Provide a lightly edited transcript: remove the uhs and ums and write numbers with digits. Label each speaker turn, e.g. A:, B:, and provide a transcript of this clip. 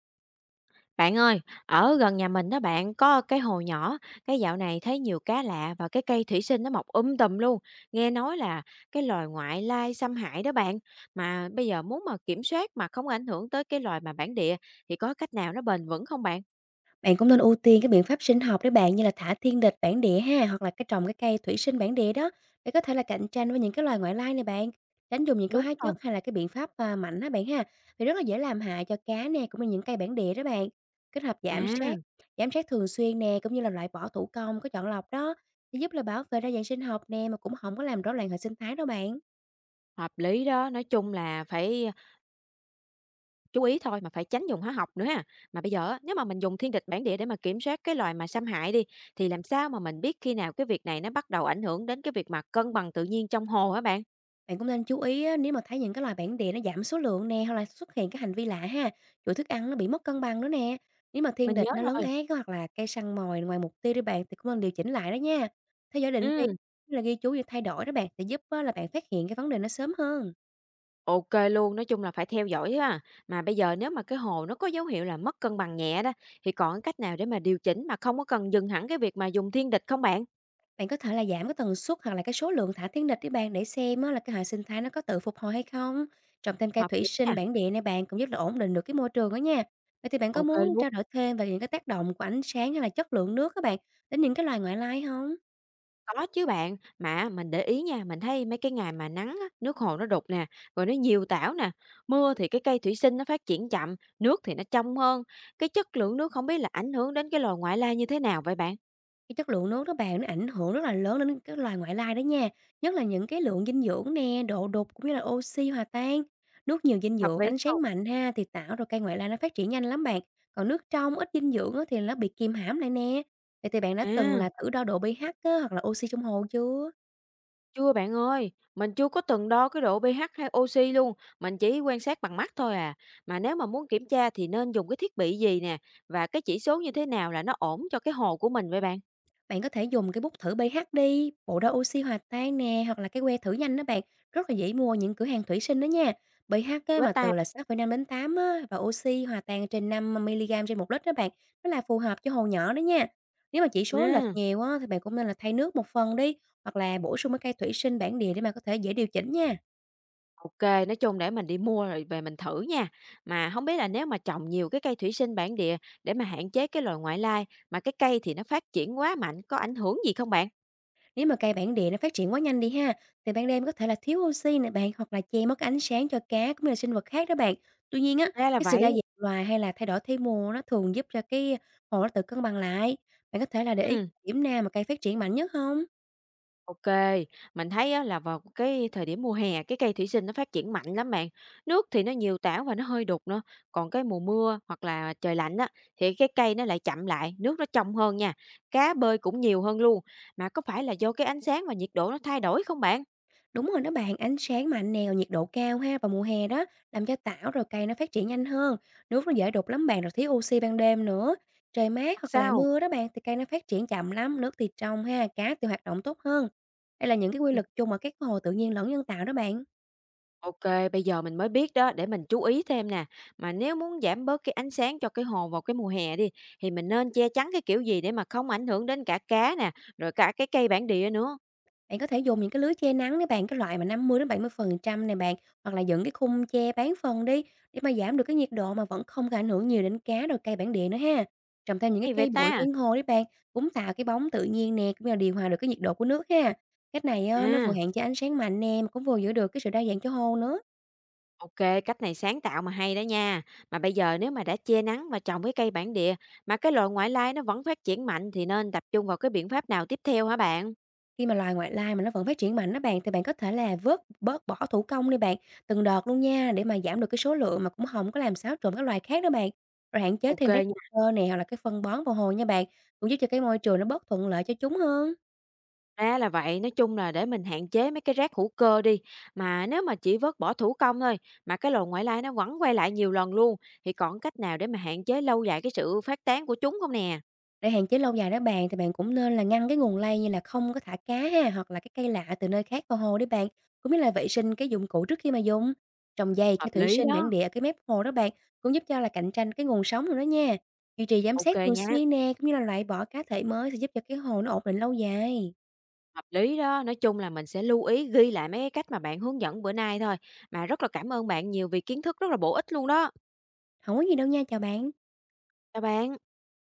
A: Bạn ơi, ở gần nhà mình đó bạn có cái hồ nhỏ, cái dạo này thấy nhiều cá lạ và cái cây thủy sinh nó mọc tùm luôn. Nghe nói là cái loài ngoại lai xâm hại đó bạn. Mà bây giờ muốn mà kiểm soát mà không ảnh hưởng tới cái loài mà bản địa thì có cách nào nó bền vững không bạn?
B: Bạn cũng nên ưu tiên các biện pháp sinh học để bạn, như là thả thiên địch bản địa ha, hoặc là cái trồng cái cây thủy sinh bản địa đó để có thể là cạnh tranh với những cái loài ngoại lai này bạn. Tránh dùng những cái
A: Đúng
B: hóa
A: rồi.
B: chất hay là cái biện pháp à, mạnh á bạn ha. Vì rất là dễ làm hại cho cá nè, cũng như những cây bản địa đó bạn. Kết hợp
A: À,
B: giám sát thường xuyên nè, cũng như là loại bỏ thủ công có chọn lọc đó thì giúp là bảo vệ đa dạng sinh học nè, mà cũng không có làm rối loạn hệ sinh thái đâu bạn.
A: hợp lý đó, nói chung là phải chú ý thôi mà phải tránh dùng hóa học nữa ha. Mà bây giờ á, nếu mà mình dùng thiên địch bản địa để mà kiểm soát cái loài mà xâm hại đi thì làm sao mà mình biết khi nào cái việc này nó bắt đầu ảnh hưởng đến cái việc mà cân bằng tự nhiên trong hồ hả bạn?
B: Bạn cũng nên chú ý á, nếu mà thấy những cái loài bản địa nó giảm số lượng nè, hoặc là xuất hiện cái hành vi lạ ha, chuỗi thức ăn nó bị mất cân bằng nữa nè. Nếu mà thiên
A: Mình
B: địch
A: nhớ
B: nó lấn
A: rồi.
B: át á, hoặc là cây săn mồi ngoài mục tiêu đi bạn, thì cũng nên điều chỉnh lại đó nha. Theo dõi định kỳ
A: Ừm,
B: là ghi chú về thay đổi đó bạn sẽ giúp á, là bạn phát hiện cái vấn đề nó sớm hơn.
A: ok luôn, nói chung là phải theo dõi ha. Mà bây giờ nếu mà cái hồ nó có dấu hiệu là mất cân bằng nhẹ đó, thì còn cách nào để mà điều chỉnh mà không có cần dừng hẳn cái việc mà dùng thiên địch không bạn?
B: Bạn có thể là giảm cái tần suất hoặc là cái số lượng thả thiên địch để bạn, để xem á, là cái hệ sinh thái nó có tự phục hồi hay không. Trồng thêm cây
A: Hợp
B: thủy
A: lý nè,
B: sinh bản địa này bạn, cũng giúp là ổn định được cái môi trường đó nha. Vậy thì bạn có
A: ok
B: muốn
A: luôn.
B: trao đổi thêm về những cái tác động của ánh sáng hay là chất lượng nước các bạn đến những cái loài ngoại lai không?
A: Có chứ bạn, mà mình để ý nha, mình thấy mấy cái ngày mà nắng á, nước hồ nó đục nè, rồi nó nhiều tảo nè, mưa thì cái cây thủy sinh nó phát triển chậm, nước thì nó trong hơn. Cái chất lượng nước không biết là ảnh hưởng đến cái loài ngoại lai như thế nào vậy bạn?
B: Cái chất lượng nước đó bạn, nó ảnh hưởng rất là lớn đến các loài ngoại lai đó nha, nhất là những cái lượng dinh dưỡng nè, độ đục, cũng như là oxy hòa tan. Nước nhiều dinh
A: Thật
B: dưỡng,
A: vậy
B: ánh
A: sao?
B: sáng mạnh ha, thì tạo rồi cây ngoại lai nó phát triển nhanh lắm bạn, còn nước trong ít dinh dưỡng á, thì nó bị kìm hãm lại nè. Vậy thì bạn đã từng
A: À,
B: là thử đo độ pH á, hoặc là oxy trong hồ chưa?
A: chưa bạn ơi, mình chưa có từng đo cái độ pH hay oxy luôn, mình chỉ quan sát bằng mắt thôi à. Mà nếu mà muốn kiểm tra thì nên dùng cái thiết bị gì nè và cái chỉ số như thế nào là nó ổn cho cái hồ của mình vậy bạn?
B: Bạn có thể dùng cái bút thử pH đi, bộ đo oxy hòa tan nè, hoặc là cái que thử nhanh đó bạn, rất là dễ mua ở những cửa hàng thủy sinh đó nha. pH á,
A: Hay
B: mà
A: ta.
B: từ
A: À,
B: là 6,5 đến 8 á, và oxy hòa tan trên 5 mg trên 1 lít đó bạn, nó là phù hợp cho hồ nhỏ đó nha. Nếu mà chỉ số nó lệch
A: ừ,
B: nhiều á, thì bạn cũng nên là thay nước một phần đi, hoặc là bổ sung cái cây thủy sinh bản địa để mà có thể dễ điều chỉnh nha.
A: ok, nói chung để mình đi mua rồi về mình thử nha. Mà không biết là nếu mà trồng nhiều cái cây thủy sinh bản địa để mà hạn chế cái loài ngoại lai mà cái cây thì nó phát triển quá mạnh có ảnh hưởng gì không bạn?
B: Nếu mà cây bản địa nó phát triển quá nhanh đi ha, thì ban đêm có thể là thiếu oxy nè bạn, hoặc là che mất ánh sáng cho cá, cũng như là sinh vật khác đó bạn. Tuy nhiên á,
A: Ra là
B: cái sự
A: vậy.
B: đa dạng loài hay là thay đổi thế mùa nó thường giúp cho cái hồ nó tự cân bằng lại. Bạn có thể là để ý
A: Ừ,
B: điểm nào mà cây phát triển mạnh nhất không?
A: ok, mình thấy á là vào cái thời điểm mùa hè, cái cây thủy sinh nó phát triển mạnh lắm bạn. Nước thì nó nhiều tảo và nó hơi đục nữa, còn cái mùa mưa hoặc là trời lạnh á, thì cái cây nó lại chậm lại, nước nó trong hơn nha, cá bơi cũng nhiều hơn luôn. Mà có phải là do cái ánh sáng và nhiệt độ nó thay đổi không bạn?
B: Đúng rồi đó bạn, ánh sáng mạnh nè, rồi nhiệt độ cao ha vào mùa hè đó làm cho tảo rồi cây nó phát triển nhanh hơn. Nước nó dễ đục lắm bạn, rồi thiếu oxy ban đêm nữa. Trời mát
A: Hoặc
B: hoặc là
A: sao?
B: mưa đó bạn, thì cây nó phát triển chậm lắm, nước thì trong ha, cá thì hoạt động tốt hơn. Đây là những cái quy
A: Ừm,
B: luật chung ở các hồ tự nhiên lẫn nhân tạo đó bạn.
A: ô, bây giờ mình mới biết đó, để mình chú ý thêm nè. Mà nếu muốn giảm bớt cái ánh sáng cho cái hồ vào cái mùa hè đi, thì mình nên che chắn cái kiểu gì để mà không ảnh hưởng đến cả cá nè, rồi cả cái cây bản địa nữa?
B: Bạn có thể dùng những cái lưới che nắng đấy bạn, cái loại mà năm mươi mươi đến bảy mươi phần trăm này bạn, hoặc là dựng cái khung che bán phần đi, để mà giảm được cái nhiệt độ mà vẫn không có ảnh hưởng nhiều đến cá rồi cây bản địa nữa ha. Trồng thêm những cái
A: Hay vậy
B: cây bụi
A: ta?
B: ven hồ đấy bạn, cũng tạo cái bóng tự nhiên nè, cũng như là điều hòa được cái nhiệt độ của nước ha. Cách này nó vừa
A: À,
B: hạn chế ánh sáng mạnh nè, mà cũng vừa giữ được cái sự đa dạng cho hồ nữa.
A: ok, cách này sáng tạo mà hay đó nha. Mà bây giờ nếu mà đã che nắng và trồng cái cây bản địa mà cái loại ngoại lai nó vẫn phát triển mạnh thì nên tập trung vào cái biện pháp nào tiếp theo hả bạn?
B: Khi mà loài ngoại lai mà nó vẫn phát triển mạnh đó bạn, thì bạn có thể là vớt bớt bỏ thủ công đi bạn, từng đợt luôn nha, để mà giảm được cái số lượng mà cũng không có làm xáo trộn các loài khác đó bạn. Rồi hạn chế
A: Ok,
B: thêm
A: kê
B: rác hữu
A: nha,
B: cơ nè, hoặc là cái phân bón vào hồ nha bạn, cũng giúp cho cái môi trường nó bớt thuận lợi cho chúng hơn.
A: ra là vậy. Nói chung là để mình hạn chế mấy cái rác hữu cơ đi. Mà nếu mà chỉ vớt bỏ thủ công thôi mà cái loài ngoại lai nó vẫn quay lại nhiều lần luôn thì còn cách nào để mà hạn chế lâu dài cái sự phát tán của chúng không nè?
B: Để hạn chế lâu dài đó bạn, thì bạn cũng nên là ngăn cái nguồn lây, như là không có thả cá ha, hoặc là cái cây lạ từ nơi khác vào hồ đấy bạn, cũng như là vệ sinh cái dụng cụ trước khi mà dùng. Trồng dày
A: Hợp
B: cái thủy
A: lý
B: sinh bản
A: đó.
B: địa ở cái mép hồ đó bạn, cũng giúp cho là cạnh tranh cái nguồn sống rồi đó nha. Duy trì giám
A: Ok
B: sát
A: kê
B: thường
A: nha.
B: xuyên nè, cũng như là loại bỏ cá thể mới sẽ giúp cho cái hồ nó ổn định lâu dài.
A: Hợp lý đó, nói chung là mình sẽ lưu ý ghi lại mấy cái cách mà bạn hướng dẫn bữa nay thôi. Mà rất là cảm ơn bạn nhiều vì kiến thức rất là bổ ích luôn đó.
B: Không có gì đâu nha, chào bạn.
A: Chào bạn.